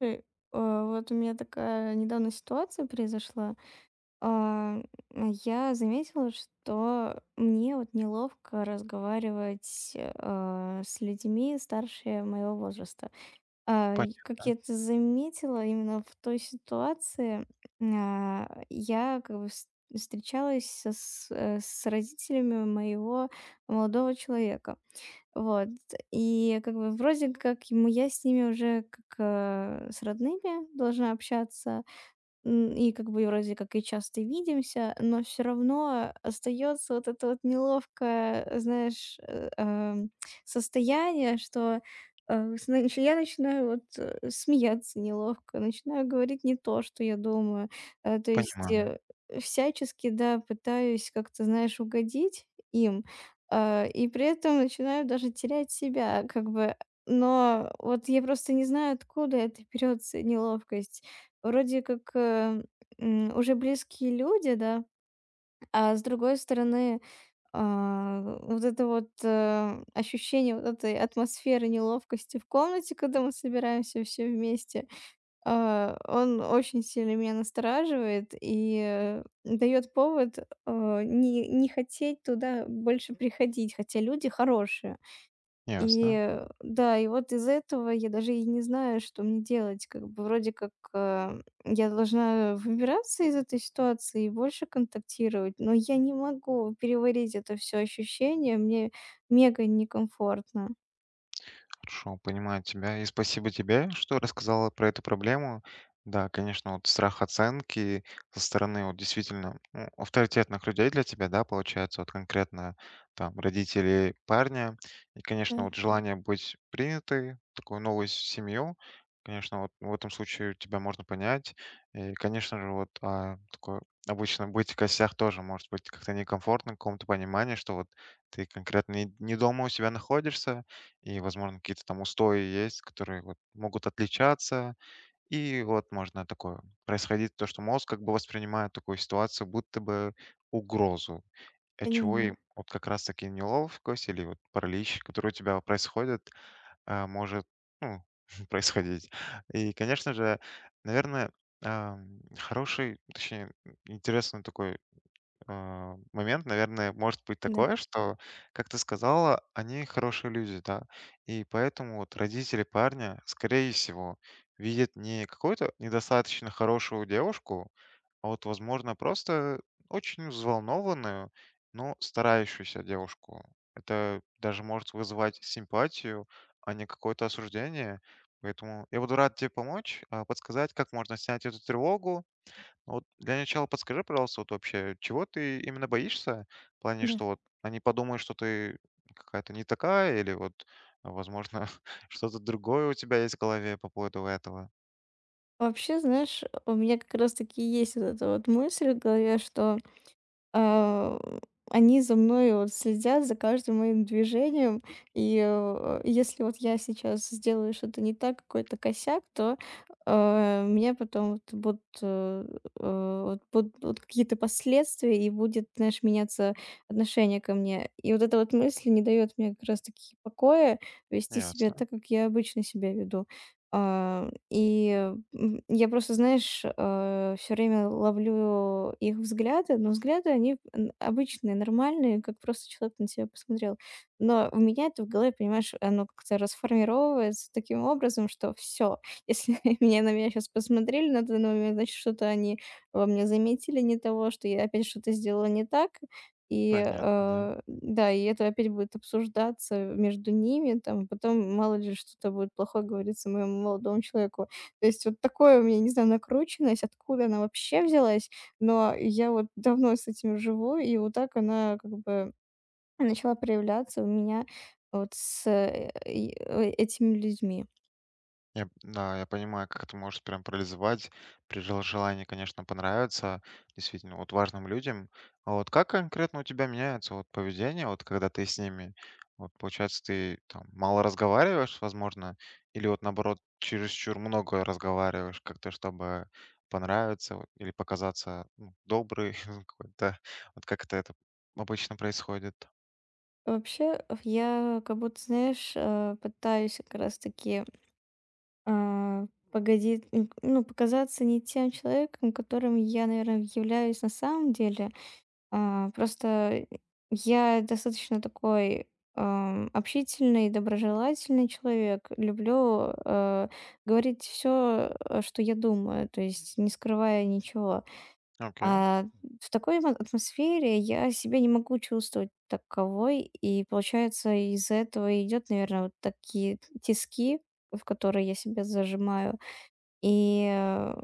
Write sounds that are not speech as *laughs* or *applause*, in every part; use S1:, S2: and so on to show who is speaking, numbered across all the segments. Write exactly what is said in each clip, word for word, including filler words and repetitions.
S1: Слушай, э, а, вот у меня такая недавно ситуация произошла. А, Я заметила, что мне вот неловко разговаривать э, с людьми старше моего возраста. А, и Как
S2: Понятно,
S1: я это заметила, именно в той ситуации а, я как бы вс- встречалась со- с э, с родителями моего молодого человека. Вот. И как бы вроде как ему я с ними уже как, э, с родными должна общаться. М, и как бы вроде как и часто видимся, но все равно остается вот это вот неловкое, знаешь, э, эм, состояние, что, э, с нач я начинаю вот, э, смеяться неловко, начинаю говорить не то, что я думаю. Э, то есть,
S2: понимаю,
S1: э, всячески, да, пытаюсь как-то, знаешь, угодить им, э, и при этом начинаю даже терять себя как бы. Но вот я просто не знаю, откуда это берётся неловкость. Вроде как, э, м, уже близкие люди, да, а с другой стороны, а, вот это вот, э, ощущение вот этой атмосферы неловкости в комнате, когда мы собираемся все вместе, а, он очень сильно меня настораживает и, э, дает повод, э, не не хотеть туда больше приходить, хотя люди хорошие. И,
S2: ясно.
S1: э, да, и вот из-за этого я даже и не знаю, что мне делать. Как бы вроде как, э, я должна выбираться из этой ситуации и больше контактировать, но я не могу переварить это все ощущение, мне мега некомфортно.
S2: Хорошо, понимаю тебя. И спасибо тебе, что рассказала про эту проблему. Да, конечно, вот страх оценки со стороны вот действительно, ну, авторитетных людей для тебя, да, получается, вот конкретно там родители парня. И, конечно,
S1: Да,
S2: вот желание быть принятой в такую новую с- семью, конечно, вот в этом случае тебя можно понять. И, конечно же, вот а, такое обычно быть в костях тоже может быть как-то некомфортно в каком-то понимании, что вот ты конкретно не не дома у себя находишься, и, возможно, какие-то там устои есть, которые вот могут отличаться. И вот можно такое происходить, то, что мозг как бы воспринимает такую ситуацию, будто бы угрозу, от чего
S1: понимаю.
S2: и вот как раз-таки неловкость или вот паралич, который у тебя происходит, а, может, ну, *laughs* происходить. И, конечно же, наверное, ам, хороший, точнее, интересный такой а, момент, наверное, может быть
S1: Да,
S2: такое, что, как ты сказала, они хорошие люди, да, и поэтому вот родители парня, скорее всего, видят не какую-то недостаточно хорошую девушку, а вот, возможно, просто очень взволнованную, но старающуюся девушку. Это даже может вызывать симпатию, а не какое-то осуждение. Поэтому я буду рад тебе помочь, а, подсказать, как можно снять эту тревогу. Ну, вот для начала подскажи, пожалуйста, вот вообще, чего ты именно боишься? В плане,
S1: да.
S2: что вот они подумают, что ты какая-то не такая, или вот, а, возможно, *laughs* что-то другое у тебя есть в голове по поводу этого.
S1: Вообще, знаешь, у меня как раз таки есть вот эта вот мысль в голове, что А, они за мной вот следят, за каждым моим движением. И, э, если вот я сейчас сделаю что-то не так, какой-то косяк, то, э, меня потом вот будут, э, э, вот будут будут какие-то последствия, и будет, знаешь, меняться отношение ко мне. И вот эта вот мысль не дает мне как раз-таки покоя вести себя
S2: Ясно,
S1: так, как я обычно себя веду. А, и, м, я просто, знаешь, все время ловлю их взгляды, но взгляды, они н обычные, нормальные, как просто человек на тебя посмотрел. Но у меня это в голове, понимаешь, оно как-то расформировывается таким образом, что все, *laughs* если меня на меня сейчас посмотрели на данный момент, значит, что-то они во мне заметили не того, что я опять что-то сделала не так. И,
S2: понятно, да.
S1: э, да, и это опять будет обсуждаться между ними, там, потом мало ли что-то будет плохое говориться моему молодому человеку. То есть вот такое у меня, не знаю, накрученность, откуда она вообще взялась, но я вот давно с этим живу, и вот так она как бы начала проявляться у меня вот с э, и, э, этими людьми.
S2: Я, да, я понимаю, как это может прям парализовать при жел- желании, конечно, понравиться действительно вот важным людям. А вот как конкретно у тебя меняется вот поведение, вот когда ты с ними, вот получается, ты там мало разговариваешь, возможно, или вот наоборот, чересчур много разговариваешь как-то, чтобы понравиться вот, или показаться, ну, добрый *laughs* какой-то. Вот как это, это обычно происходит.
S1: Вообще, я как будто, знаешь, э, пытаюсь как раз-таки а, погоди, м, ну, показаться не тем человеком, которым я, наверное, являюсь на самом деле. А, просто я достаточно такой, ам, общительный, доброжелательный человек. Люблю, э, говорить все, что я думаю, то есть не скрывая ничего.
S2: Окей,
S1: А в такой ма атмосфере я себя не могу чувствовать таковой, и получается, из-за этого идет, наверное, вот такие тиски, в которые я себя зажимаю. И, э,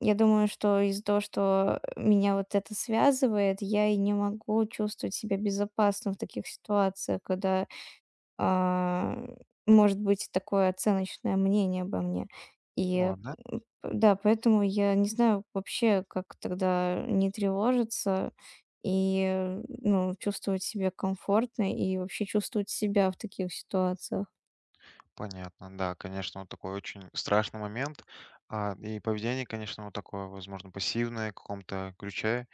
S1: я думаю, что из-за того, что меня вот это связывает, я и не могу чувствовать себя безопасно в таких ситуациях, когда, а, может быть такое оценочное мнение обо мне. И
S2: ладно.
S1: п Да, поэтому я не знаю вообще, как тогда не тревожиться и, э, ну, чувствовать себя комфортно и вообще чувствовать себя в таких ситуациях.
S2: Понятно, да, конечно, вот такой очень страшный момент. А, и поведение, конечно, вот такое, возможно, пассивное в каком-то ключе.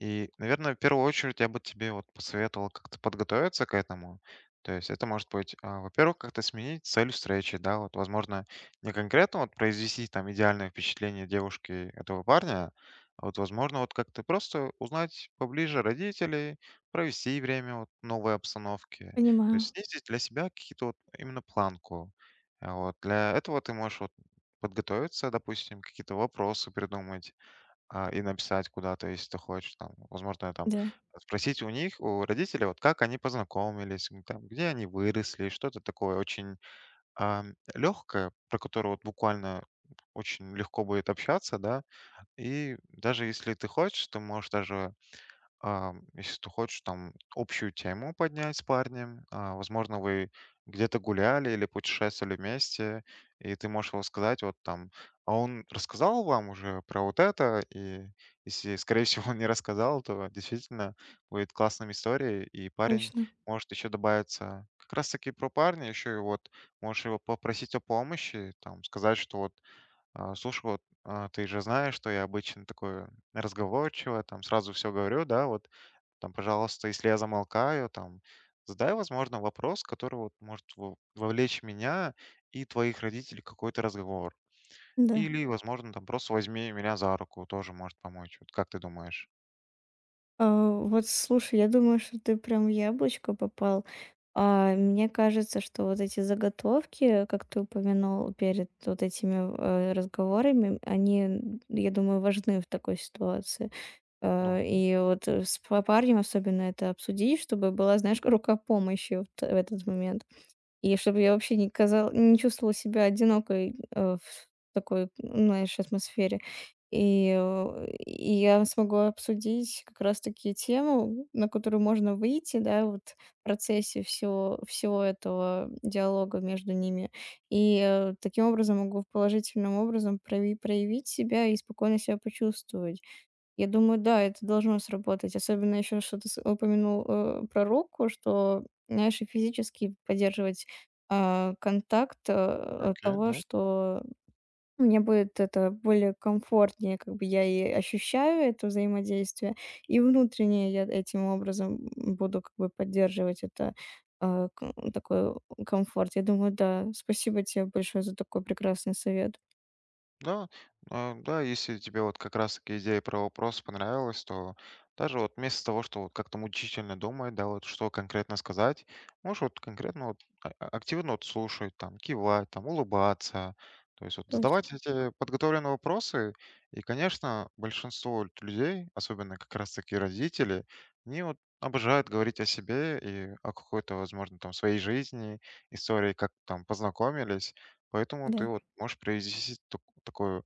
S2: И, наверное, в первую очередь я бы тебе вот посоветовал как-то подготовиться к этому. То есть это может быть, а, во-первых, как-то сменить цель встречи, да, вот, возможно, не конкретно вот произвести там идеальное впечатление девушки этого парня, а вот, возможно, вот как-то просто узнать поближе родителей, провести время вот в новой обстановке, то есть
S1: Понимаю,
S2: снизить для себя какие-то вот именно планку. А вот для этого ты можешь вот подготовиться, допустим, какие-то вопросы придумать, а, и написать куда-то, если ты хочешь, там, возможно, там
S1: да,
S2: спросить у них, у родителей, вот как они познакомились, м, там, где они выросли, что-то такое очень а, легкое, про которое вот буквально очень легко будет общаться, да, и даже если ты хочешь, ты можешь даже а, если ты хочешь там общую тему поднять с парнем, а, возможно, вы где-то гуляли или путешествовали вместе, и ты можешь его сказать, вот там, а он рассказал вам уже про вот это, и если, скорее всего, *laughs* он не рассказал, то действительно будет классная история, и парень
S1: точно.
S2: может еще добавиться как раз-таки про парня, еще и вот можешь его попросить о помощи, там, сказать, что вот, а, слушай, вот а, ты же знаешь, что я обычно такой разговорчивый, там сразу все говорю, да, вот там, пожалуйста, если я замолкаю, там, задай, возможно, вопрос, который вот может во- вовлечь меня и твоих родителей в какой-то разговор.
S1: Да.
S2: Или, возможно, там просто возьми меня за руку, тоже может помочь. Вот как ты думаешь?
S1: А, вот слушай, я думаю, что ты прям в яблочко попал. А, мне кажется, что вот эти заготовки, как ты упомянул перед вот этими э, разговорами, они, н- я думаю, важны в такой ситуации.
S2: Ну,
S1: А, и вот э, с п- парнем особенно это обсудить, чтобы была, знаешь, *laughs* рука помощи вот в этот момент. И чтобы я вообще не казал не чувствовала себя одинокой, э, в такой, знаешь, атмосфере. И, э, и я смогу обсудить как раз таки тему, на которую можно выйти, да, вот в процессе всего всего этого диалога между ними. И, э, таким образом могу положительным образом прояви проявить себя и спокойно себя почувствовать. Я думаю, да, это должно сработать. Особенно еще, что то с- упомянул э, про руку, что, знаешь, и физически поддерживать а, контакт э, от
S2: окей,
S1: того,
S2: да.
S1: что мне будет это более комфортнее, как бы я и ощущаю это взаимодействие, и внутренне я этим образом буду как бы поддерживать это а, к- такой комфорт. Я думаю, да, спасибо тебе большое за такой прекрасный совет.
S2: Да, а, да, если тебе вот как раз таки идея про вопрос понравилась, то даже вот вместо того, что вот как-то мучительно думать, да, вот что конкретно сказать, можешь вот конкретно вот а- а- активно вот слушать, там, кивать, там, улыбаться, то есть вот задавать
S1: Точно,
S2: эти подготовленные вопросы, и, конечно, большинство вот людей, особенно как раз таки родители, они вот обожают говорить о себе и о какой-то, возможно, там, своей жизни, истории, как там познакомились. Поэтому ты
S1: да.
S2: вот можешь привести так- такую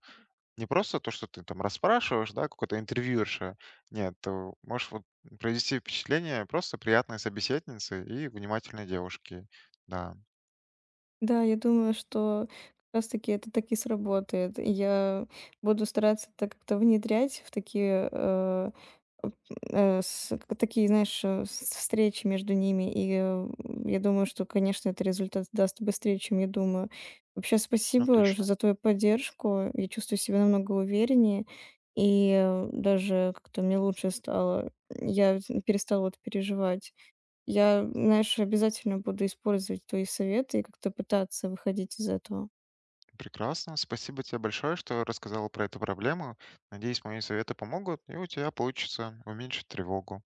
S2: не просто то, что ты там расспрашиваешь, да, какой-то интервьюерша. Нет, ты можешь вот произвести впечатление просто приятной собеседницы и внимательной девушки. Да,
S1: Да, я думаю, что как раз-таки это так и сработает. И я буду стараться это как-то внедрять в такие, э, оп- э, с- к- такие, знаешь, э, с- встречи между ними. И э, я думаю, что, конечно, это результат даст быстрее, чем я думаю. Вообще,
S2: ну,
S1: спасибо ж-
S2: отлично.
S1: за твою поддержку. Я чувствую себя намного увереннее. И э, даже как-то мне лучше стало. Я перестала вот переживать. Я, знаешь, обязательно буду использовать твои советы и как-то пытаться выходить из этого.
S2: Прекрасно. Спасибо тебе большое, что рассказала про эту проблему. Надеюсь, мои советы помогут, и у тебя получится уменьшить тревогу.